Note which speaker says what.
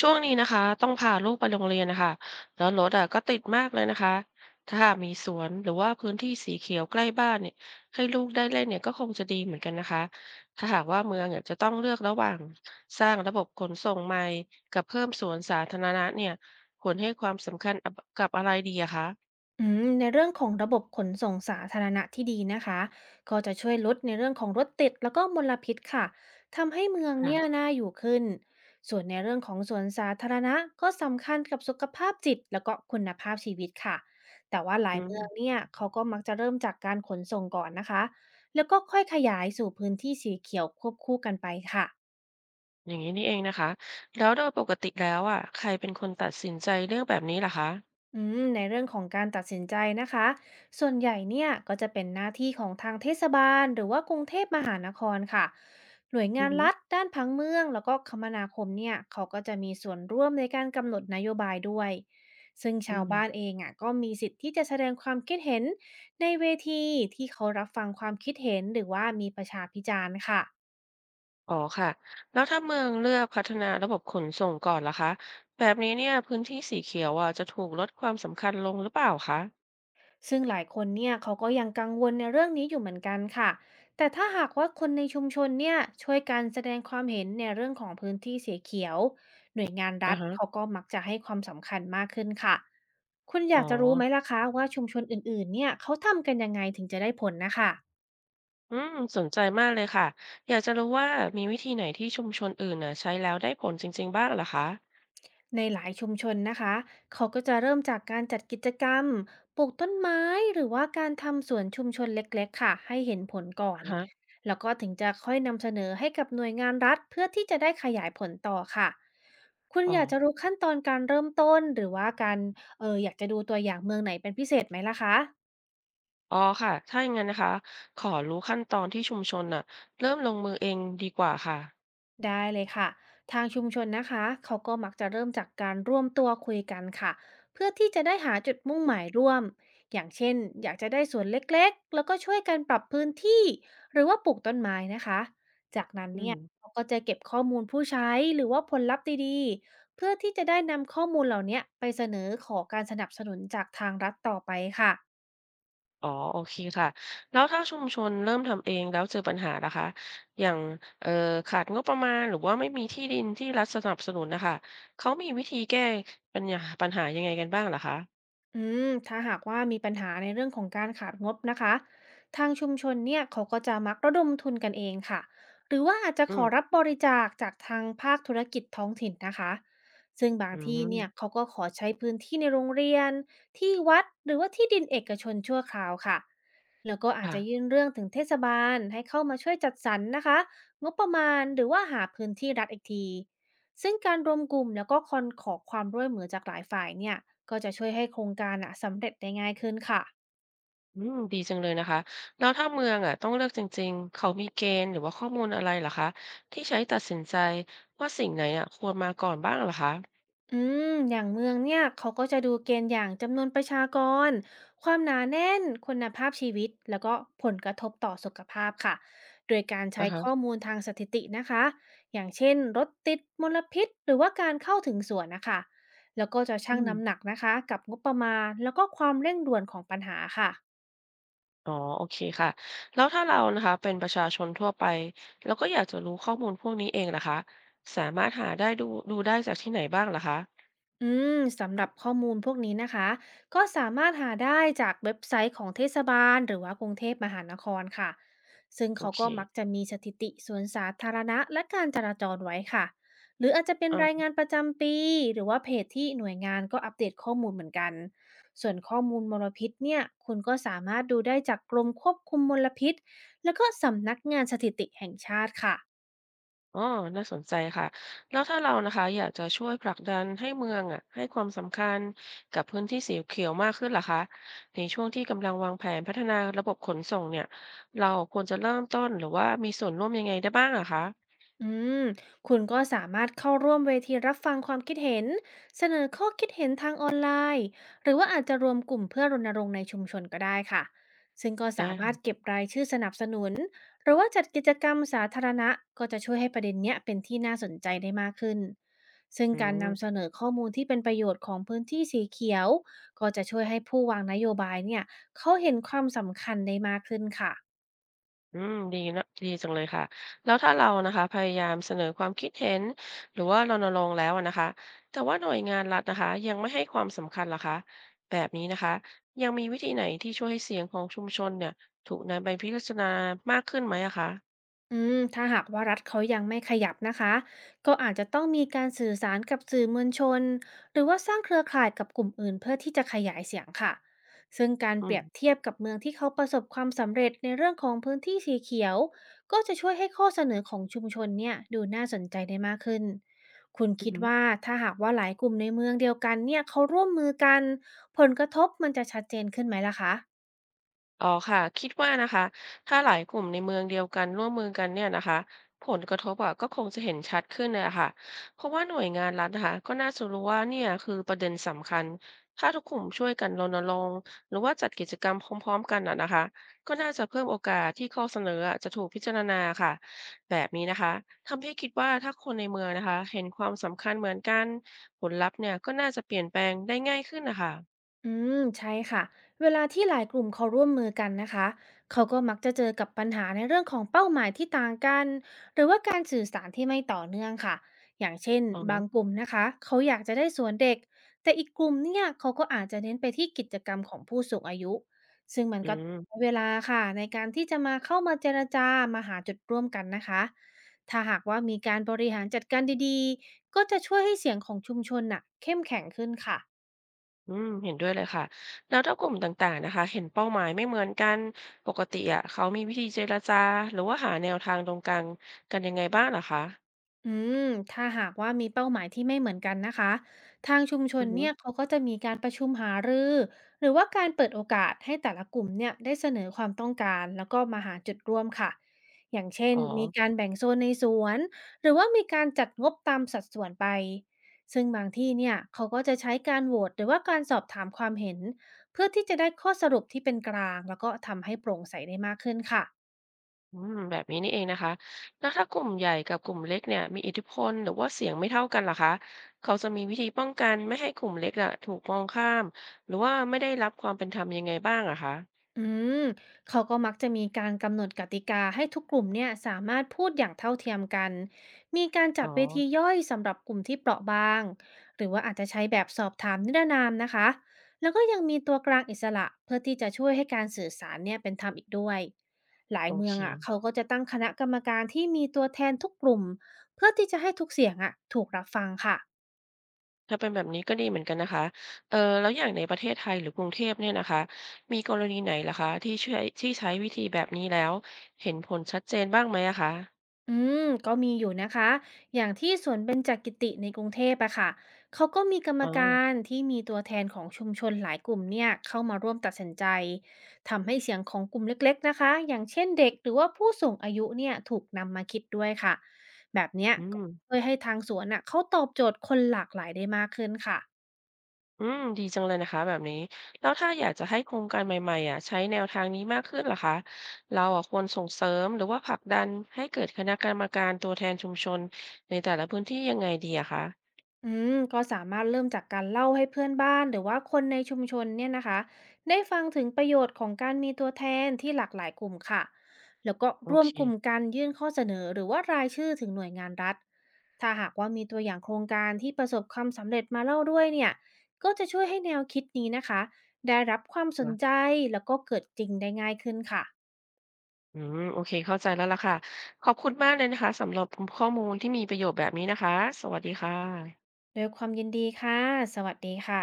Speaker 1: ช่วงนี้นะคะต้องพาลูกไปโรงเรียนนะคะแล้วรถอ่ะก็ติดมากเลยนะคะถ้ามีสวนหรือว่าพื้นที่สีเขียวใกล้บ้านเนี่ยให้ลูกได้เล่นเนี่ยก็คงจะดีเหมือนกันนะคะถ้าหากว่าเมืองเนี่ยจะต้องเลือกระหว่างสร้างระบบขนส่งใหม่กับเพิ่มสวนสาธารณะเนี่ยควรให้ความสำคัญอะกับอะไรดีอะคะ
Speaker 2: ในเรื่องของระบบขนส่งสาธารณะที่ดีนะคะก็จะช่วยลดในเรื่องของรถติดแล้วก็มลพิษค่ะทำให้เมืองเนี่ย
Speaker 1: ค่ะ
Speaker 2: น่าอยู่ขึ้นส่วนในเรื่องของสวนสาธารณะก็สำคัญกับสุขภาพจิตแล้วก็คุณภาพชีวิตค่ะแต่ว่าหลา
Speaker 1: อื
Speaker 2: ยเมือง
Speaker 1: ม
Speaker 2: เนี่ยเขาก็มักจะเริ่มจากการขนส่งก่อนนะคะแล้วก็ค่อยขยายสู่พื้นที่สีเขียวควบคู่กันไปค่ะ
Speaker 1: อย่างนี้นี่เองนะคะแล้วโดยปกติแล้วอ่ะใครเป็นคนตัดสินใจเรื่องแบบนี้ล่ะคะ
Speaker 2: ในเรื่องของการตัดสินใจนะคะส่วนใหญ่เนี่ยก็จะเป็นหน้าที่ของทางเทศบาลหรือว่ากรุงเทพมหานครค่ะหน่วย
Speaker 1: อื
Speaker 2: งา
Speaker 1: อ
Speaker 2: น
Speaker 1: หื
Speaker 2: รัฐด้านพังเมืองแล้วก็คมนาคมเนี่ยเขาก็จะมีส่วนร่วมในการกำหนดนโยบายด้วยซึ่ง
Speaker 1: อื
Speaker 2: ชาว
Speaker 1: ม
Speaker 2: บ้านเองอ่ะก็มีสิทธิ์ที่จะแสดงความคิดเห็นในเวทีที่เขารับฟังความคิดเห็นหรือว่ามีประชาพิจารณ์ค่ะ
Speaker 1: อ๋อค่ะแล้วถ้าเมืองเลือกพัฒนาระบบขนส่งก่อนล่ะคะแบบนี้เนี่ยพื้นที่สีเขียวอ่ะจะถูกลดความสำคัญลงหรือเปล่าคะ
Speaker 2: ซึ่งหลายคนเนี่ยเขาก็ยังกังวลในเรื่องนี้อยู่เหมือนกันค่ะ แต่ถ้าหากว่าคนในชุมชนเนี่ยช่วยกันแสดงความเห็นในเรื่องของพื้นที่สีเขียวหน่วยงาน
Speaker 1: อ่า
Speaker 2: รัฐ
Speaker 1: ฮะ
Speaker 2: เขาก็มักจะให้ความสำคัญมากขึ้นค่ะ คุณอ
Speaker 1: อ๋อ
Speaker 2: ยากจะรู้ไหมล่ะคะว่าชุมชนอื่นๆเนี่ยเขาทำกันยังไงถึงจะได้ผลนะคะ
Speaker 1: อืมสนใจมากเลยค่ะอยากจะรู้ว่ามีวิธีไหนที่ชุมชนอื่นน่ะใช้แล้วได้ผลจริงๆบ้างเหรอคะ
Speaker 2: ในหลายชุมชนนะคะ เขาก็จะเริ่มจากการจัดกิจกรรมปลูกต้นไม้หรือว่าการทำสวนชุมชนเล็กๆค่ะให้เห็นผลก่อ
Speaker 1: อ่า
Speaker 2: น
Speaker 1: ฮะ
Speaker 2: แล้วก็ถึงจะค่อยนำเสนอให้กับหน่วยงานรัฐเพื่อที่จะได้ขยายผลต่อค่ะคุณ
Speaker 1: อ๋
Speaker 2: อ
Speaker 1: อ
Speaker 2: ยากจะรู้ขั้นตอนการเริ่มต้นหรือว่าการอยากจะดูตัวอย่างเมืองไหนเป็นพิเศษไหมล่ะคะ
Speaker 1: อ๋อค่ะถ้าอย่างนั้นนะคะขอรู้ขั้นตอนที่ชุมชนน่ะเริ่มลงมือเองดีกว่าค่ะ
Speaker 2: ได้เลยค่ะทางชุมชนนะคะเขาก็มักจะเริ่มจากการร่วมตัวคุยกันค่ะเพื่อที่จะได้หาจุดมุ่งหมายร่วมอย่างเช่นอยากจะได้สวนเล็กๆแล้วก็ช่วยกันปรับพื้นที่หรือว่าปลูกต้นไม้นะคะจากนั้น
Speaker 1: อื
Speaker 2: เนี่
Speaker 1: ม
Speaker 2: ยเขาก็จะเก็บข้อมูลผู้ใช้หรือว่าผลลัพธ์ดีๆเพื่อที่จะได้นำข้อมูลเหล่านี้ไปเสนอขอการสนับสนุนจากทางรัฐต่อไปค่ะ
Speaker 1: อ๋อโอเคค่ะ แล้วถ้าชุมชนเริ่มทำเองแล้วเจอปัญหาล่ะคะอย่างเอ่อขาดงบประมาณหรือว่าไม่มีที่ดินที่รัฐสนับสนุนนะคะเขามีวิธีแก้ปัญหายังไงกันบ้างลหคะ
Speaker 2: อืถ้าหากว่ามีปัญหาในเรื่องของการขาดงบนะคะทางชุมชนเนี่ยเขาก็จะมักระดมทุนกันเองค่ะหรือว่าอาจจะ
Speaker 1: อื
Speaker 2: ขอ
Speaker 1: ม
Speaker 2: รับบริจาคจากทางภาคธุรกิจท้องถิ่นนะคะซึ่งบาง
Speaker 1: อื
Speaker 2: ที่เนี่
Speaker 1: ม
Speaker 2: ยเขาก็ขอใช้พื้นที่ในโรงเรียนที่วัดหรือว่าที่ดินเอกชนชั่วคราวค่ะแล้วก็อาจ
Speaker 1: ค่ะ
Speaker 2: จะยื่นเรื่องถึงเทศบาลให้เข้ามาช่วยจัดสรรนะคะงบประมาณหรือว่าหาพื้นที่รัฐอีกที ซึ่งการรวมกลุ่มแล้วก็คอนขอความร่วมมือจากหลายฝ่ายเนี่ยก็จะช่วยให้โครงการอะสำเร็จได้ง่ายขึ้นค่ะ
Speaker 1: อืมดีจังเลยนะคะแล้วถ้าเมืองอะต้องเลือกจริงๆ เขามีเกณฑ์หรือว่าข้อมูลอะไรลหคะที่ใช้ตัดสินใจว่าสิ่งไหนอะควรมาก่อนบ้างลหคะ
Speaker 2: อือย่างเมืองเนี่ยเขาก็จะดูเกณฑ์อย่างจำนวนประชากร ความหนาแน่นคุณภาพชีวิตแล้วก็ผลกระทบต่อสุขภาพค่ะโดยการใช้
Speaker 1: อะฮะ
Speaker 2: ข้อมูลทางสถิตินะคะอย่างเช่นรถติดมลพิษหรือว่าการเข้าถึงสวนนะคะแล้วก็จะ
Speaker 1: อื
Speaker 2: ชั่ง
Speaker 1: ม
Speaker 2: น้ำหนักนะคะกับงบประมาณแล้วก็ความเร่งด่วนของปัญหาค่ะ
Speaker 1: อ๋อโอเคค่ะแล้วถ้าเรานะคะเป็นประชาชนทั่วไปแล้วก็อยากจะรู้ข้อมูลพวกนี้เองนะคะสามารถหาได้ดูได้จากที่ไหนบ้างเหรอคะ
Speaker 2: สำหรับข้อมูลพวกนี้นะคะก็สามารถหาได้จากเว็บไซต์ของเทศบาลหรือว่ากรุงเทพมหานครค่ะซึ่ง
Speaker 1: โอ
Speaker 2: เขา
Speaker 1: เค
Speaker 2: ก็มักจะมีสถิติสวนสาธารณะและการจราจรไว้ค่ะหรืออาจจะเป็นราย
Speaker 1: อ่า
Speaker 2: งานประจำปีหรือว่าเพจที่หน่วยงานก็อัปเดตข้อมูลเหมือนกันส่วนข้อมูลมลพิษเนี่ยคุณก็สามารถดูได้จากกรมควบคุมมลพิษแล้วก็สำนักงานสถิติแห่งชาติค่ะ
Speaker 1: อ๋อน่าสนใจค่ะแล้วถ้าเรานะคะอยากจะช่วยผลักดันให้เมืองอ่ะให้ความสำคัญกับพื้นที่สีเขียวมากขึ้นล่ะคะในช่วงที่กำลังวางแผนพัฒนาระบบขนส่งเนี่ยเราควรจะเริ่มต้นหรือว่ามีส่วนร่วมยังไงได้บ้างอะคะ
Speaker 2: อืมคุณก็สามารถเข้าร่วมเวทีรับฟังความคิดเห็นเสนอข้อคิดเห็นทางออนไลน์หรือว่าอาจจะรวมกลุ่มเพื่อรณรงค์ในชุมชนก็ได้ค่ะซึ่งก็
Speaker 1: ได้
Speaker 2: สามารถ
Speaker 1: ค่ะ
Speaker 2: เก็บรายชื่อสนับสนุนหรือว่าจัดกิจกรรมสาธารณะก็จะช่วยให้ประเด็นเนี้ยเป็นที่น่าสนใจได้มากขึ้นซึ่ง
Speaker 1: อื
Speaker 2: การ
Speaker 1: ม
Speaker 2: นำเสนอข้อมูลที่เป็นประโยชน์ของพื้นที่สีเขียวก็จะช่วยให้ผู้วางนโยบายเนี่ยเขาเห็นความสำคัญได้มากขึ้นค่ะ
Speaker 1: อืมดีนะดีจังเลยค่ะแล้วถ้าเรานะคะพยายามเสนอความคิดเห็นหรือว่ารณรงค์แล้วอะนะคะแต่ว่าหน่วยงานรัฐนะคะยังไม่ให้ความสำคัญเหรอคะแบบนี้นะคะยังมีวิธีไหนที่ช่วยให้เสียงของชุมชนเนี่ยถูกนำไปพิจารณามากขึ้นไหมอะคะ
Speaker 2: ถ้าหากว่ารัฐเขายังไม่ขยับนะคะก็อาจจะต้องมีการสื่อสารกับสื่อมวลชนหรือว่าสร้างเครือข่ายกับกลุ่มอื่นเพื่อที่จะขยายเสียงค่ะซึ่งการ
Speaker 1: อื
Speaker 2: เป
Speaker 1: ม
Speaker 2: รียบเทียบกับเมืองที่เขาประสบความสำเร็จในเรื่องของพื้นที่สีเขียวก็จะช่วยให้ข้อเสนอของชุมชนเนี่ยดูน่าสนใจได้มากขึ้นคุณ
Speaker 1: อื
Speaker 2: คิด
Speaker 1: ม
Speaker 2: ว่าถ้าหากว่าหลายกลุ่มในเมืองเดียวกันเนี่ยเขาร่วมมือกันผลกระทบมันจะชัดเจนขึ้นไหมล่ะคะ
Speaker 1: อ๋อค่ะคิดว่านะคะถ้าหลายกลุ่มในเมืองเดียวกันร่วมมือกันเนี่ยนะคะผลกระทบอ่ะก็คงจะเห็นชัดขึ้นเลยอะค่ะเพราะว่าหน่วยงานรัฐนะคะก็น่าจะรู้ว่าเนี่ยคือประเด็นสำคัญถ้าทุกกลุ่มช่วยกันรณรงค์หรือว่าจัดกิจกรรมพร้อมๆกันอ่ะนะคะก็น่าจะเพิ่มโอกาสที่ข้อเสนออะจะถูกพิจารณาค่ะแบบนี้นะคะทำให้คิดว่าถ้าคนในเมืองนะคะเห็นความสำคัญเหมือนกันผลลัพธ์เนี่ยก็น่าจะเปลี่ยนแปลงได้ง่ายขึ้นนะคะ
Speaker 2: อืมใช่ค่ะเวลาที่หลายกลุ่มเขาร่วมมือกันนะคะเขาก็มักจะเจอกับปัญหาในเรื่องของเป้าหมายที่ต่างกันหรือว่าการสื่อสารที่ไม่ต่อเนื่องค่ะอย่างเช่น
Speaker 1: อ๋อ
Speaker 2: บางกลุ่มนะคะเขาอยากจะได้สวนเด็กแต่อีกกลุ่มเนี่ยเขาก็อาจจะเน้นไปที่กิจกรรมของผู้สูงอายุซึ่งมัน
Speaker 1: อื
Speaker 2: ก็
Speaker 1: ม
Speaker 2: ใช้เวลาค่ะในการที่จะมาเข้ามาเจรจามาหาจุดร่วมกันนะคะถ้าหากว่ามีการบริหารจัดการดีๆก็จะช่วยให้เสียงของชุมชนน่ะเข้มแข็งขึ้นค่ะ
Speaker 1: อืมเห็นด้วยเลยค่ะแล้วถ้ากลุ่มต่างๆนะคะเห็นเป้าหมายไม่เหมือนกันปกติอ่ะเขามีวิธีเจรจาหรือว่าหาแนวทางตรงกลางกันยังไงบ้างเหรอคะ
Speaker 2: อืมถ้าหากว่ามีเป้าหมายที่ไม่เหมือนกันนะคะทางชุมช
Speaker 1: อื
Speaker 2: น
Speaker 1: อฮึ
Speaker 2: เนี่ยเขาก็จะมีการประชุมหารือหรือว่าการเปิดโอกาสให้แต่ละกลุ่มเนี่ยได้เสนอความต้องการแล้วก็มาหาจุดร่วมค่ะอย่างเช่น
Speaker 1: อ๋อ
Speaker 2: มีการแบ่งโซนในสวนหรือว่ามีการจัดงบตามสัดส่วนไปซึ่งบางที่เนี่ยเขาก็จะใช้การโหวตหรือว่าการสอบถามความเห็นเพื่อที่จะได้ข้อสรุปที่เป็นกลางแล้วก็ทำให้โปร่งใสได้มากขึ้นค่ะ
Speaker 1: อืมแบบนี้นี่เองนะคะแล้วถ้ากลุ่มใหญ่กับกลุ่มเล็กเนี่ยมีอิทธิพลหรือว่าเสียงไม่เท่ากันเหรอคะเขาจะมีวิธีป้องกันไม่ให้กลุ่มเล็กอ่ะถูกมองข้ามหรือว่าไม่ได้รับความเป็นธรรมยังไงบ้างอะคะ
Speaker 2: อืมเขาก็มักจะมีการกำหนดกติกาให้ทุกกลุ่มเนี่ยสามารถพูดอย่างเท่าเทียมกันมีการจั
Speaker 1: อ๋อ
Speaker 2: ดเวทีย่อยสำหรับกลุ่มที่เปราะบางหรือว่าอาจจะใช้แบบสอบถามนิรนามนะคะแล้วก็ยังมีตัวกลางอิสระเพื่อที่จะช่วยให้การสื่อสารเนี่ยเป็นธรรมอีกด้วยหลาย
Speaker 1: โอ
Speaker 2: เมื
Speaker 1: เค
Speaker 2: องอ่ะเขาก็จะตั้งคณะกรรมการที่มีตัวแทนทุกกลุ่มเพื่อที่จะให้ทุกเสียงอ่ะถูกรับฟังค่ะ
Speaker 1: ถ้าเป็นแบบนี้ก็ดีเหมือนกันนะคะเออแล้วอย่างในประเทศไทยหรือกรุงเทพเนี่ยนะคะมีกรณีไหนล่ะคะที่ช่วยที่ใช้วิธีแบบนี้แล้วเห็นผลชัดเจนบ้างไหมอะคะ
Speaker 2: อืมก็มีอยู่นะคะ อย่างที่สวนเบญจกิติในกรุงเทพอะค่ะ เขาก็มีกรรม
Speaker 1: อ๋
Speaker 2: กา
Speaker 1: อ
Speaker 2: รที่มีตัวแทนของชุมชนหลายกลุ่มเนี่ยเข้ามาร่วมตัดสินใจ ทำให้เสียงของกลุ่มเล็กๆนะคะ อย่างเช่นเด็กหรือว่าผู้สูงอายุเนี่ยถูกนำมาคิดด้วยค่ะ แบบเนี้ย
Speaker 1: อื
Speaker 2: ก็
Speaker 1: ม
Speaker 2: ช่วยให้ทางสวนอะเขาตอบโจทย์คนหลากหลายได้มากขึ้นค่ะ
Speaker 1: อืมดีจังเลยนะคะแบบนี้แล้วถ้าอยากจะให้โครงการใหม่ๆอะใช้แนวทางนี้มากขึ้นล่ะคะเราอะควรส่งเสริมหรือว่าผลักดันให้เกิดคณะกรรมการตัวแทนชุมชนในแต่ละพื้นที่ยังไงดีอะคะ
Speaker 2: อืมก็สามารถเริ่มจากการเล่าให้เพื่อนบ้านหรือว่าคนในชุมชนเนี่ยนะคะได้ฟังถึงประโยชน์ของการมีตัวแทนที่หลากหลายกลุ่มค่ะแล้วก็
Speaker 1: โอ
Speaker 2: ร่วม
Speaker 1: เค
Speaker 2: กลุ่มกันยื่นข้อเสนอหรือว่ารายชื่อถึงหน่วยงานรัฐถ้าหากว่ามีตัวอย่างโครงการที่ประสบความสำเร็จมาเล่าด้วยเนี่ยก็จะช่วยให้แนวคิดนี้นะคะได้รับความสนใจแล้วก็เกิดจริงได้ง่ายขึ้นค่ะ
Speaker 1: อืมโอเคเข้าใจแล้วล่ะค่ะขอบคุณมากเลยนะคะสำหรับข้อมูลที่มีประโยชน์แบบนี้นะคะสวัสดีค่ะ
Speaker 2: โดยความยินดีค่ะสวัสดีค่ะ